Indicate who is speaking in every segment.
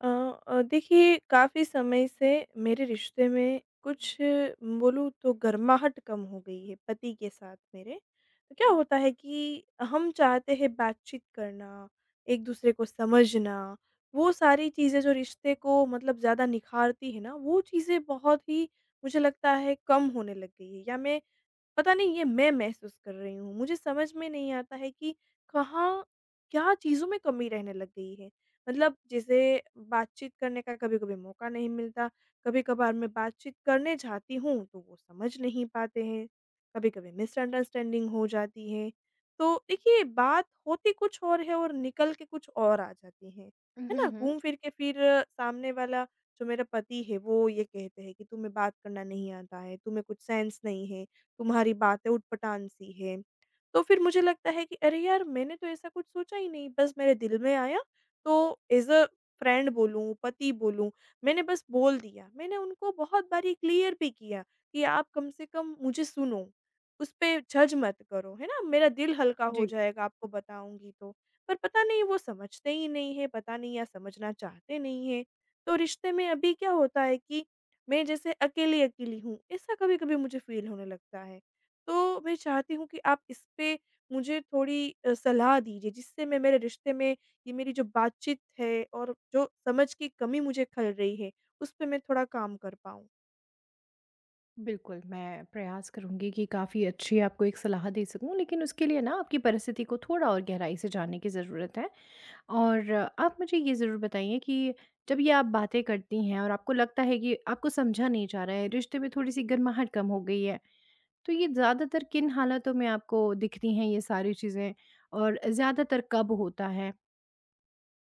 Speaker 1: अ देखिए काफ़ी समय से मेरे रिश्ते में कुछ बोलूँ तो गर्माहट कम हो गई है पति के साथ मेरे। तो क्या होता है कि हम चाहते हैं बातचीत करना, एक-दूसरे को समझना, वो सारी चीज़ें जो रिश्ते को मतलब ज़्यादा निखारती है ना, वो चीज़ें बहुत ही मुझे लगता है कम होने लग गई है या मैं पता नहीं ये मैं महसूस कर रही हूँ। मुझे समझ में नहीं आता है कि कहाँ, क्या चीज़ों में कमी रहने लग गई है। मतलब जैसे बातचीत करने का कभी-कभी मौका नहीं मिलता, कभी-कभार मैं बातचीत करने जाती हूँ तो वो समझ नहीं पाते हैं, कभी-कभी मिसअंडरस्टैंडिंग हो जाती है। तो देखिए बात होती कुछ और है और निकल के कुछ और आ जाती है। है
Speaker 2: हुँ,
Speaker 1: ना?
Speaker 2: हुँ।
Speaker 1: घूम फिर के फिर सामने वाला जो मेरा पति है वो ये कहते हैं कि तुम्हें बात करना नहीं आता है, तुम्हें कुछ सेंस नहीं है। तुम्हारी बातें उटपटांग सी हैं। तो फिर मुझे लगता है कि अरे यार! मैंने तो ऐसा कुछ सोचा ही नहीं, बस मेरे दिल में आया तो एज़ अ फ्रेंड बोलूँ, पति बोलूँ, मैंने बस बोल दिया। मैंने उनको बहुत बारी क्लियर भी किया कि आप कम से कम मुझे सुनो, उस पे जज मत करो, है ना? मेरा दिल हल्का हो
Speaker 2: जी,
Speaker 1: जाएगा आपको बताऊँगी तो। पर पता नहीं वो समझते ही नहीं हैं, पता नहीं या समझना चाहते नहीं हैं। तो रिश्ते में अभी क्या होता है कि मैं जैसे अकेली-अकेली हूँ, ऐसा कभी-कभी मुझे फ़ील होने लगता है। तो मैं चाहती हूँ कि आप इस पे मुझे थोड़ी सलाह दीजिए जिससे मैं मेरे रिश्ते में ये मेरी जो बातचीत है और जो समझ की कमी मुझे खल रही है, उस पे मैं थोड़ा काम कर पाऊँ।
Speaker 2: बिल्कुल, मैं प्रयास करूँगी कि काफ़ी अच्छी आपको एक सलाह दे सकूँ, लेकिन उसके लिए ना आपकी परिस्थिति को थोड़ा और गहराई से जानने की ज़रूरत है। और आप मुझे ये ज़रूर बताइए कि जब ये आप बातें करती हैं और आपको लगता है कि आपको समझा नहीं जा रहा है, रिश्ते में थोड़ी-सी गर्माहट कम हो गई है, तो ये ज़्यादातर किन हालातों में आपको दिखती हैं ये सारी चीज़ें और ज़्यादातर कब होता है?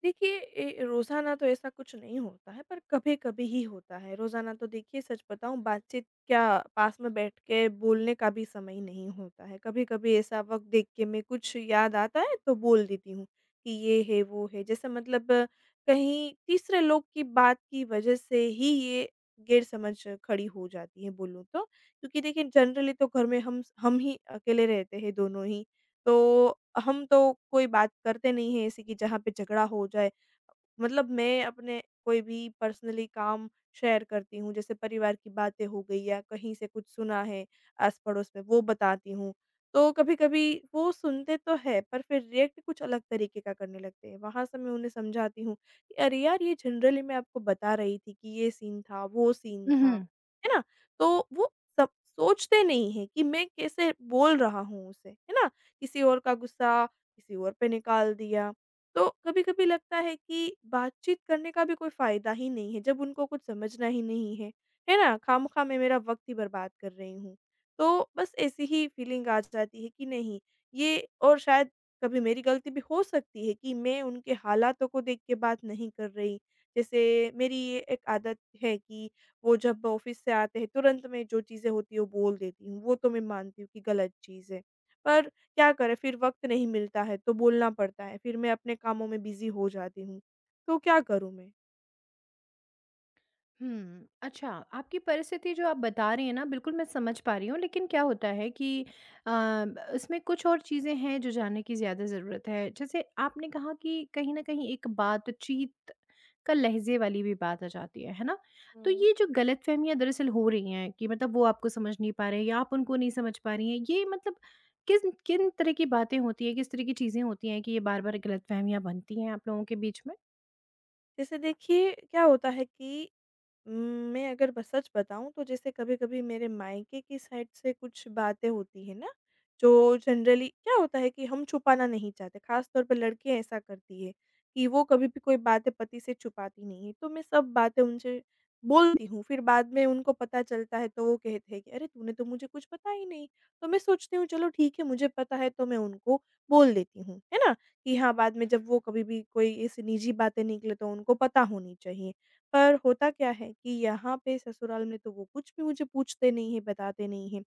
Speaker 1: देखिए रोज़ाना तो ऐसा कुछ नहीं होता है, पर कभी-कभी ही होता है। रोज़ाना तो देखिए सच बताऊँ बातचीत क्या पास में बैठ के बोलने का भी समय नहीं होता है। कभी-कभी ऐसा वक़्त देख के मैं कुछ याद आता है तो बोल देती हूँ कि ये है, वो है। जैसे मतलब कहीं तीसरे लोग की बात की वज़ह से ही ये गैरसमझ खड़ी हो जाती है बोलूँ तो। क्योंकि देखिए जनरली तो घर में हम ही अकेले रहते हैं दोनों ही। तो हम तो कोई बात करते नहीं हैं ऐसी कि जहाँ पे झगड़ा हो जाए। मतलब मैं अपने कोई भी पर्सनली काम शेयर करती हूँ, जैसे परिवार की बातें हो गई या कहीं से कुछ सुना है आस-पड़ोस में वो बताती हूँ। तो कभी-कभी वो सुनते तो हैं पर फिर रिएक्ट कुछ अलग तरीके का करने लगते हैं। वहाँ से मैं उन्हें समझाती हूँ कि अरे यार ये जनरली मैं आपको बता रही थी कि ये सीन था, वो सीन था। है ना? तो वो सब सोचते नहीं हैं कि मैं कैसे बोल रहा हूँ उसे, है ना? किसी और का गुस्सा किसी और पे निकाल दिया। तो कभी-कभी लगता है कि बातचीत करने का भी कोई फ़ायदा ही नहीं है, जब उनको कुछ समझना ही नहीं है, है ना? खामख़ाह मैं मेरा वक़्त ही बर्बाद कर रही हूँ। तो बस ऐसी ही फ़ीलिंग आ जाती है कि नहीं, ये और शायद कभी मेरी गलती भी हो सकती है कि मैं उनके हालातों को देख के बात नहीं कर रही। जैसे मेरी ये एक आदत है कि वो जब ऑफ़िस से आते हैं, तुरंत मैं जो चीज़ें होती हैं, वो बोल देती हूँ। वो तो मैं मानती हूँ कि गलत चीज़ है। पर क्या करें फिर वक़्त नहीं मिलता है तो बोलना पड़ता है, फिर मैं अपने कामों में बिज़ी हो जाती हूँ। तो क्या करूँ मैं?
Speaker 2: हुँ। अच्छा, आपकी परिस्थिति जो आप बता रही हैं ना, बिल्कुल मैं समझ पा रही हूँ, लेकिन क्या होता है कि अ, इसमें कुछ और चीज़ें हैं जो जानने की ज़्यादा ज़रूरत है। जैसे आपने कहा कि कहीं न कहीं एक बातचीत का लहज़े वाली भी बात आ जाती है ना? तो
Speaker 1: हुँ।
Speaker 2: ये जो गलतफ़हमियाँ दरअसल हो रही हैं कि मतलब वो आपको समझ नहीं पा रहे हैं या आप उनको नहीं समझ पा रही हैं, ये मतलब किन किन तरह की बातें होती हैं, किस तरह की चीज़ें होती हैं कि ये बार-बार गलतफ़हमियाँ बनती हैं आप लोगों के बीच में?
Speaker 1: जैसे देखिए क्या होता है कि उम, मैं अगर ब सच बताऊँ तो जैसे कभी-कभी मेरे मायके की साइड से कुछ बातें होती हैं ना, जो जनरली क्या होता है कि हम छुपाना नहीं चाहते, ख़ास तौर पे लड़कियाँ ऐसा करती है कि वो कभी भी कोई बातें पति से छुपाती नहीं है। तो मैं सब बातें उनसे बोलती हूँ, फिर बाद में उनको पता चलता है तो वो कहते हैं कि अरे! तूने तो मुझे कुछ बताया ही नहीं। तो मैं सोचती हूँ चलो ठीक है मुझे पता है तो मैं उनको बोल देती हूँ, है ना? कि हाँ, बाद में जब वो कभी भी कोई ऐसी निजी बातें निकले तो उनको पता होनी चाहिए। पर होता क्या है कि यहाँ पे ससुराल में तो वो कुछ भी मुझे पूछते नहीं हैं, बताते नहीं हैं।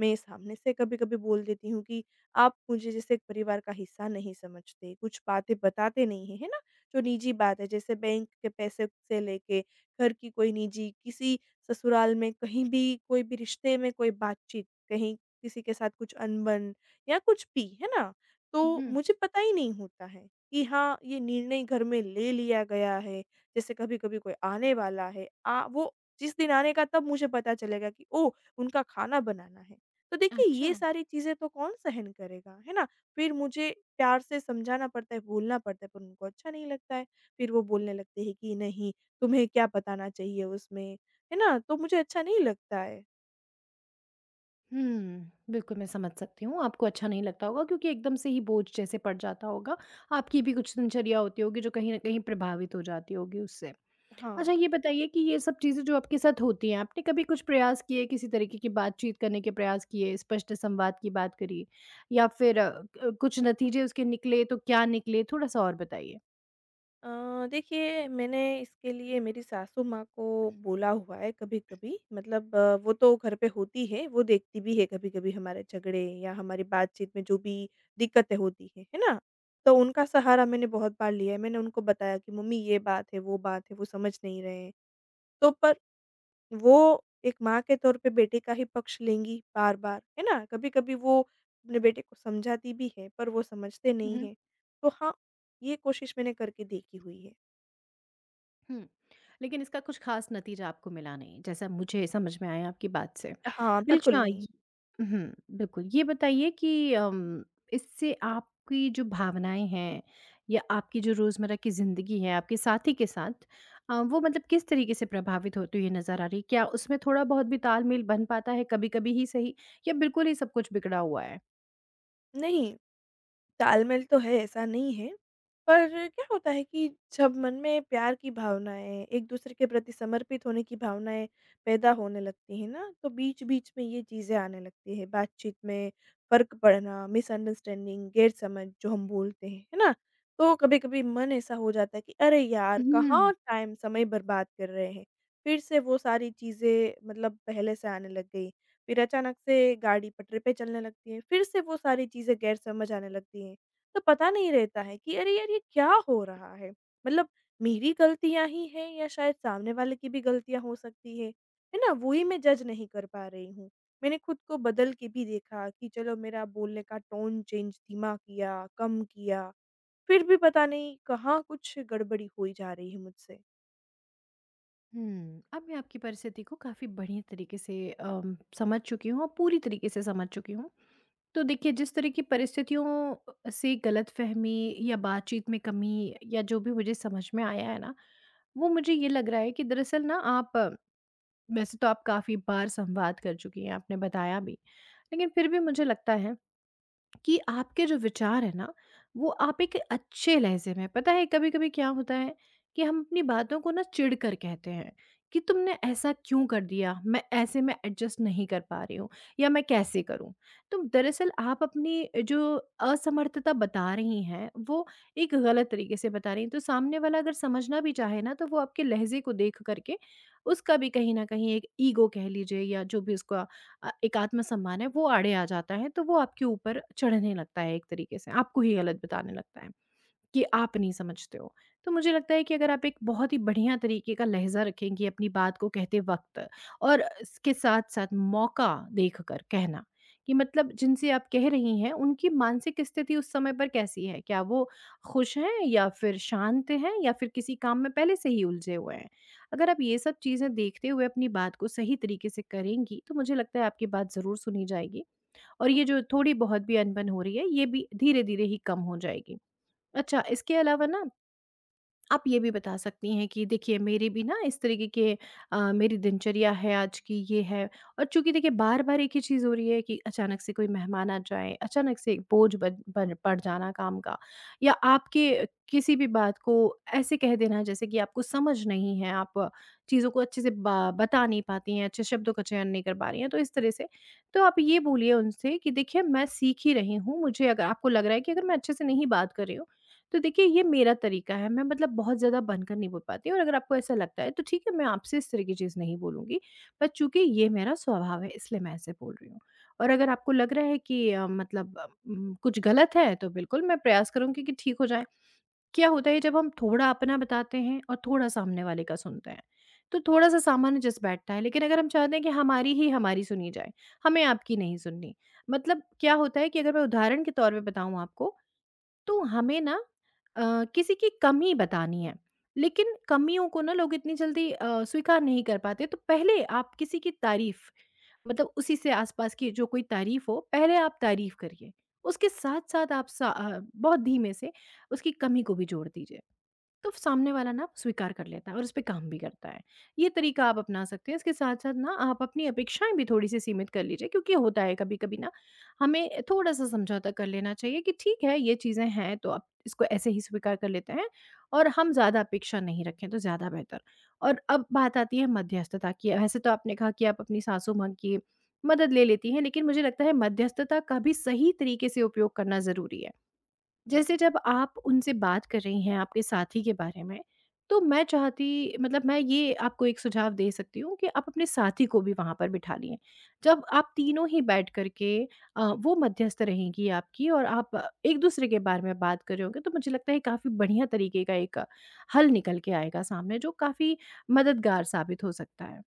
Speaker 1: मैं सामने से कभी-कभी बोल देती हूँ कि आप मुझे जैसे एक परिवार का हिस्सा नहीं समझते, कुछ बातें बताते नहीं हैं, है ना? जो निजी बात है जैसे बैंक के पैसे से लेके घर की कोई निजी किसी ससुराल में कहीं भी कोई भी रिश्ते में कोई बातचीत, कहीं किसी के साथ कुछ अनबन या कुछ भी, है ना? तो
Speaker 2: हुँ।
Speaker 1: मुझे पता ही नहीं होता है कि हाँ, ये निर्णय घर में ले लिया गया है। जैसे कभी-कभी कोई आने वाला है, आ वो जिस दिन आने का तब मुझे पता चलेगा कि ओह! उनका खाना बनाना है। तो देखिए ये
Speaker 2: अच्छा।
Speaker 1: सारी चीज़ें तो कौन सहन करेगा, है ना? फिर मुझे प्यार से समझाना पड़ता है, बोलना पड़ता है पर उनको अच्छा नहीं लगता है। फिर वो बोलने लगते हैं कि नहीं तुम्हें क्या बताना चाहिए उसमें, है ना? तो मुझे अच्छा नहीं लगता है।
Speaker 2: हुँ। बिल्कुल, मैं समझ सकती हूँ, आपको अच्छा नहीं लगता होगा क्योंकि एकदम से ही बोझ जैसे पड़ जाता होगा। आपकी भी कुछ दिनचर्या होती होगी जो कहीं न कहीं प्रभावित हो जाती होगी उससे। अच्छा,
Speaker 1: हाँ।
Speaker 2: ये बताइए कि ये सब चीज़ें जो आपके साथ होती हैं, आपने कभी कुछ प्रयास किए, किसी तरीके की बातचीत करने के प्रयास किए, स्पष्ट संवाद की बात करी या फिर क कुछ नतीजे उसके निकले तो क्या निकले? थोड़ा-सा और बताइए?
Speaker 1: देखिए मैंने इसके लिए मेरी सासू माँ को बोला हुआ है कभी-कभी मतलब वो तो घर पे होती है, वो देखती भी है कभी-कभी हमारे झगड़े या हमारी बातचीत में जो भी दिक्कतें होती हैं, है ना? तो उनका सहारा मैंने बहुत बार लिया है, मैंने उनको बताया कि मम्मी ये बात है, वो समझ नहीं रहे हैं। तो पर वो एक माँ के तौर पे बेटे का ही पक्ष लेंगी बार-बार, है ना? कभी-कभी वो अपने बेटे को समझाती भी है, पर वो समझते नहीं है। तो हाँ, ये कोशिश मैंने करके देखी हुई है।
Speaker 2: हुँ। लेकिन इसका कुछ ख़ास नतीजा आपको मिला नहीं, जैसा मुझे समझ में आया आपकी बात से।
Speaker 1: हाँ, बिल्कुल
Speaker 2: अच्छा।
Speaker 1: नहीं।
Speaker 2: ये हुँ, बिल्कुल। ये बताइए कि इससे आपकी जो भावनाएँ हैं या आपकी जो रोज़मर्रा की ज़िंदगी है, आपके साथी के साथ वो मतलब किस तरीके से प्रभावित होती हुई नज़र आ रही है? क्या उसमें थोड़ा-बहुत भी तालमेल बन पाता है, कभी-कभी ही सही, या बिल्कुल ही सब कुछ बिगड़ा हुआ है?
Speaker 1: नहीं, तालमेल तो है, ऐसा नहीं है। पर क्या होता है कि जब मन में प्यार की भावनाएँ, एक-दूसरे के प्रति समर्पित होने की भावनाएँ पैदा होने लगती हैं ना, तो बीच-बीच में ये चीज़ें आने लगती हैं। बातचीत में फ़र्क पड़ना, मिसअंडरस्टैंडिंग, गैर-समझ जो हम बोलते हैं, है ना? तो कभी-कभी मन ऐसा हो जाता है कि अरे यार!
Speaker 2: हुँ।
Speaker 1: कहाँ टाइम समय बर्बाद कर रहे हैं। फिर से वो सारी चीज़ें मतलब पहले से आने लग गई। है। फिर अचानक से गाड़ी पटरी पे चलने लगती है, फिर से वो सारी चीज़ें गैर समझ आने लगती हैं। तो पता नहीं रहता है कि अरे यार, ये क्या हो रहा है? मतलब मेरी गलतियाँ ही हैं या शायद सामने वाले की भी गलतियाँ हो सकती है ना? वो ही मैं जज नहीं कर पा रही हूँ। मैंने खुद को बदल के भी देखा कि चलो मेरा बोलने का टोन चेंज धीमा किया, कम किया, फिर भी पता नहीं कहाँ कुछ गड़बड़ी हुई जा रही है मुझसे।
Speaker 2: हुँ। अब मैं आपकी परिस्थिति को काफ़ी बढ़िया तरीके से समझ चुकी हूँ और पूरी तरीके से समझ चुकी हूँ। तो देखिए, जिस तरह की परिस्थितियों से गलतफहमी या बातचीत में कमी या जो भी मुझे समझ में आया है ना, वो मुझे ये लग रहा है कि दरअसल ना आप वैसे तो आप काफ़ी बार संवाद कर चुकी हैं, आपने बताया भी, लेकिन फिर भी मुझे लगता है कि आपके जो विचार है ना, वो आप एक अच्छे लहजे में, पता है कभी कभी क्या होता है कि हम अपनी बातों को ना चिढ़ कर कहते हैं कि तुमने ऐसा क्यों कर दिया, मैं ऐसे में एडजस्ट नहीं कर पा रही हूँ या मैं कैसे करूँ। तो दरअसल आप अपनी जो असमर्थता बता रही हैं, वो एक गलत तरीके से बता रही हैं, तो सामने वाला अगर समझना भी चाहे ना, तो वो आपके लहजे को देख करके, उसका भी कहीं ना कहीं एक ईगो कह लीजिए या जो भी उसका एक आत्मसम्मान है, वो आड़े आ जाता है, तो वो आपके ऊपर चढ़ने लगता है एक तरीके से, आपको ही गलत बताने लगता है। कि आप नहीं समझते हो। तो मुझे लगता है कि अगर आप एक बहुत ही बढ़िया तरीके का लहज़ा रखेंगी अपनी बात को कहते वक़्त, और इसके साथ-साथ मौका देखकर कहना कि मतलब जिनसे आप कह रही हैं, उनकी मानसिक स्थिति उस समय पर कैसी है? क्या वो खुश हैं या फिर शांत हैं या फिर किसी काम में पहले से ही उलझे हुए हैं? अगर आप ये सब चीज़ें देखते हुए अपनी बात को सही तरीके से करेंगी, तो मुझे लगता है आपकी बात ज़रूर सुनी जाएगी और ये जो थोड़ी-बहुत भी अनबन हो रही है, ये भी धीरे-धीरे ही कम हो जाएगी। अच्छा, इसके अलावा ना आप ये भी बता सकती हैं कि देखिए मेरी भी ना इस तरीके के मेरी दिनचर्या है, आज की ये है। और चूँकि देखिए बार-बार एक ही चीज़ हो रही है कि अचानक से कोई मेहमान आ जाए, अचानक से बोझ बन बन पड़ जाना काम का, या आपके किसी भी बात को ऐसे कह देना जैसे कि आपको समझ नहीं है, आप चीज़ों को अच्छे से ब बता नहीं पाती हैं, अच्छे शब्दों का चयन नहीं कर पा रही हैं, तो इस तरह से। तो आप ये बोलिए उनसे कि देखिए मैं सीख ही रही हूँ, मुझे, अगर आपको लग रहा है कि अगर मैं अच्छे से नहीं बात कर रही हूँ, तो देखिए ये मेरा तरीका है, मैं मतलब बहुत ज़्यादा बनकर नहीं बोल पाती हूँ, और अगर आपको ऐसा लगता है तो ठीक है, मैं आपसे इस तरह की चीज़ नहीं बोलूँगी। पर चूँकि ये मेरा स्वभाव है इसलिए मैं ऐसे बोल रही हूँ। और अगर आपको लग रहा है कि मतलब कुछ गलत है तो बिल्कुल मैं प्रयास करूँगी कि ठीक हो जाए। क्या होता है, जब हम थोड़ा अपना बताते हैं और थोड़ा सामने वाले का सुनते हैं, तो थोड़ा-सा सामान्य जस बैठता है, लेकिन अगर हम चाहते हैं कि हमारी ही हमारी सुनी जाए, हमें आपकी नहीं सुननी। मतलब क्या होता है कि अगर मैं उदाहरण के तौर पे बताऊँ आपको, तो हमें ना अ, किसी की कमी बतानी है, लेकिन कमियों को ना लोग इतनी जल्दी स्वीकार नहीं कर पाते, तो पहले आप किसी की तारीफ़, मतलब उसी से आसपास की जो कोई तारीफ़ हो, पहले आप तारीफ़ करिए। उसके साथ-साथ आप बहुत धीमे से उसकी कमी को भी जोड़ दीजिए। तो सामने वाला ना स्वीकार कर लेता है और उस पे काम भी करता है। ये तरीका आप अपना सकते हैं। इसके साथ-साथ ना आप अपनी अपेक्षाएँ भी थोड़ी-सी सीमित कर लीजिए, क्योंकि होता है कभी-कभी ना हमें थोड़ा-सा समझौता कर लेना चाहिए कि ठीक है, ये चीज़ें हैं तो अब इसको ऐसे ही स्वीकार कर लेते हैं, और हम ज़्यादा अपेक्षा नहीं रखें तो ज़्यादा बेहतर। और अब बात आती है मध्यस्थता की। वैसे तो आपने कहा कि आप अपनी सासू-माँ की मदद ले लेती हैं, लेकिन मुझे लगता है मध्यस्थता का भी सही तरीके से उपयोग करना ज़रूरी है। जैसे जब आप उनसे बात कर रही हैं आपके साथी के बारे में, तो मैं चाहती, मतलब मैं ये आपको एक सुझाव दे सकती हूँ कि आप अपने साथी को भी वहाँ पर बिठा लिएँ। जब आप तीनों ही बैठ कर के वो मध्यस्थ रहेंगी आपकी, और आप एक-दूसरे के बारे में बात कर रहे होंगे, तो मुझे लगता है काफ़ी बढ़िया तरीके का एक हल निकल के आएगा सामने, जो काफ़ी मददगार साबित हो सकता है।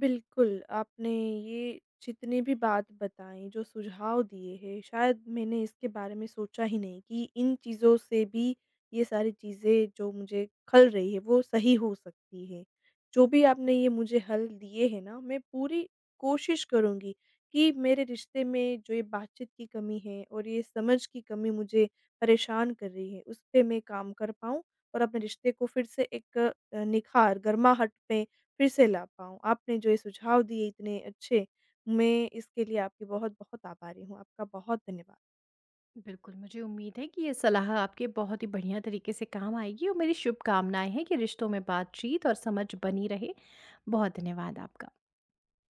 Speaker 1: बिल्कुल, आपने ये जितनी भी बात बताई, जो सुझाव दिए हैं, शायद मैंने इसके बारे में सोचा ही नहीं कि इन चीज़ों से भी ये सारी चीज़ें जो मुझे खल रही है, वो सही हो सकती है। जो भी आपने ये मुझे हल दिए हैं ना, मैं पूरी कोशिश करूँगी कि मेरे रिश्ते में जो ये बातचीत की कमी है और ये समझ की कमी मुझे परेशान कर रही है, उस पे मैं काम कर पाऊँ और अपने रिश्ते को फिर से एक निखार, गर्माहट पे फिर से ला पाऊँ। आपने जो ये सुझाव दिए इतने अच्छे, मैं इसके लिए आपकी बहुत-बहुत आभारी हूँ। आपका बहुत धन्यवाद।
Speaker 2: बिल्कुल, मुझे उम्मीद है कि ये सलाह आपके बहुत ही बढ़िया तरीके से काम आएगी और मेरी शुभकामनाएँ हैं कि रिश्तों में बातचीत और समझ बनी रहे। बहुत धन्यवाद आपका।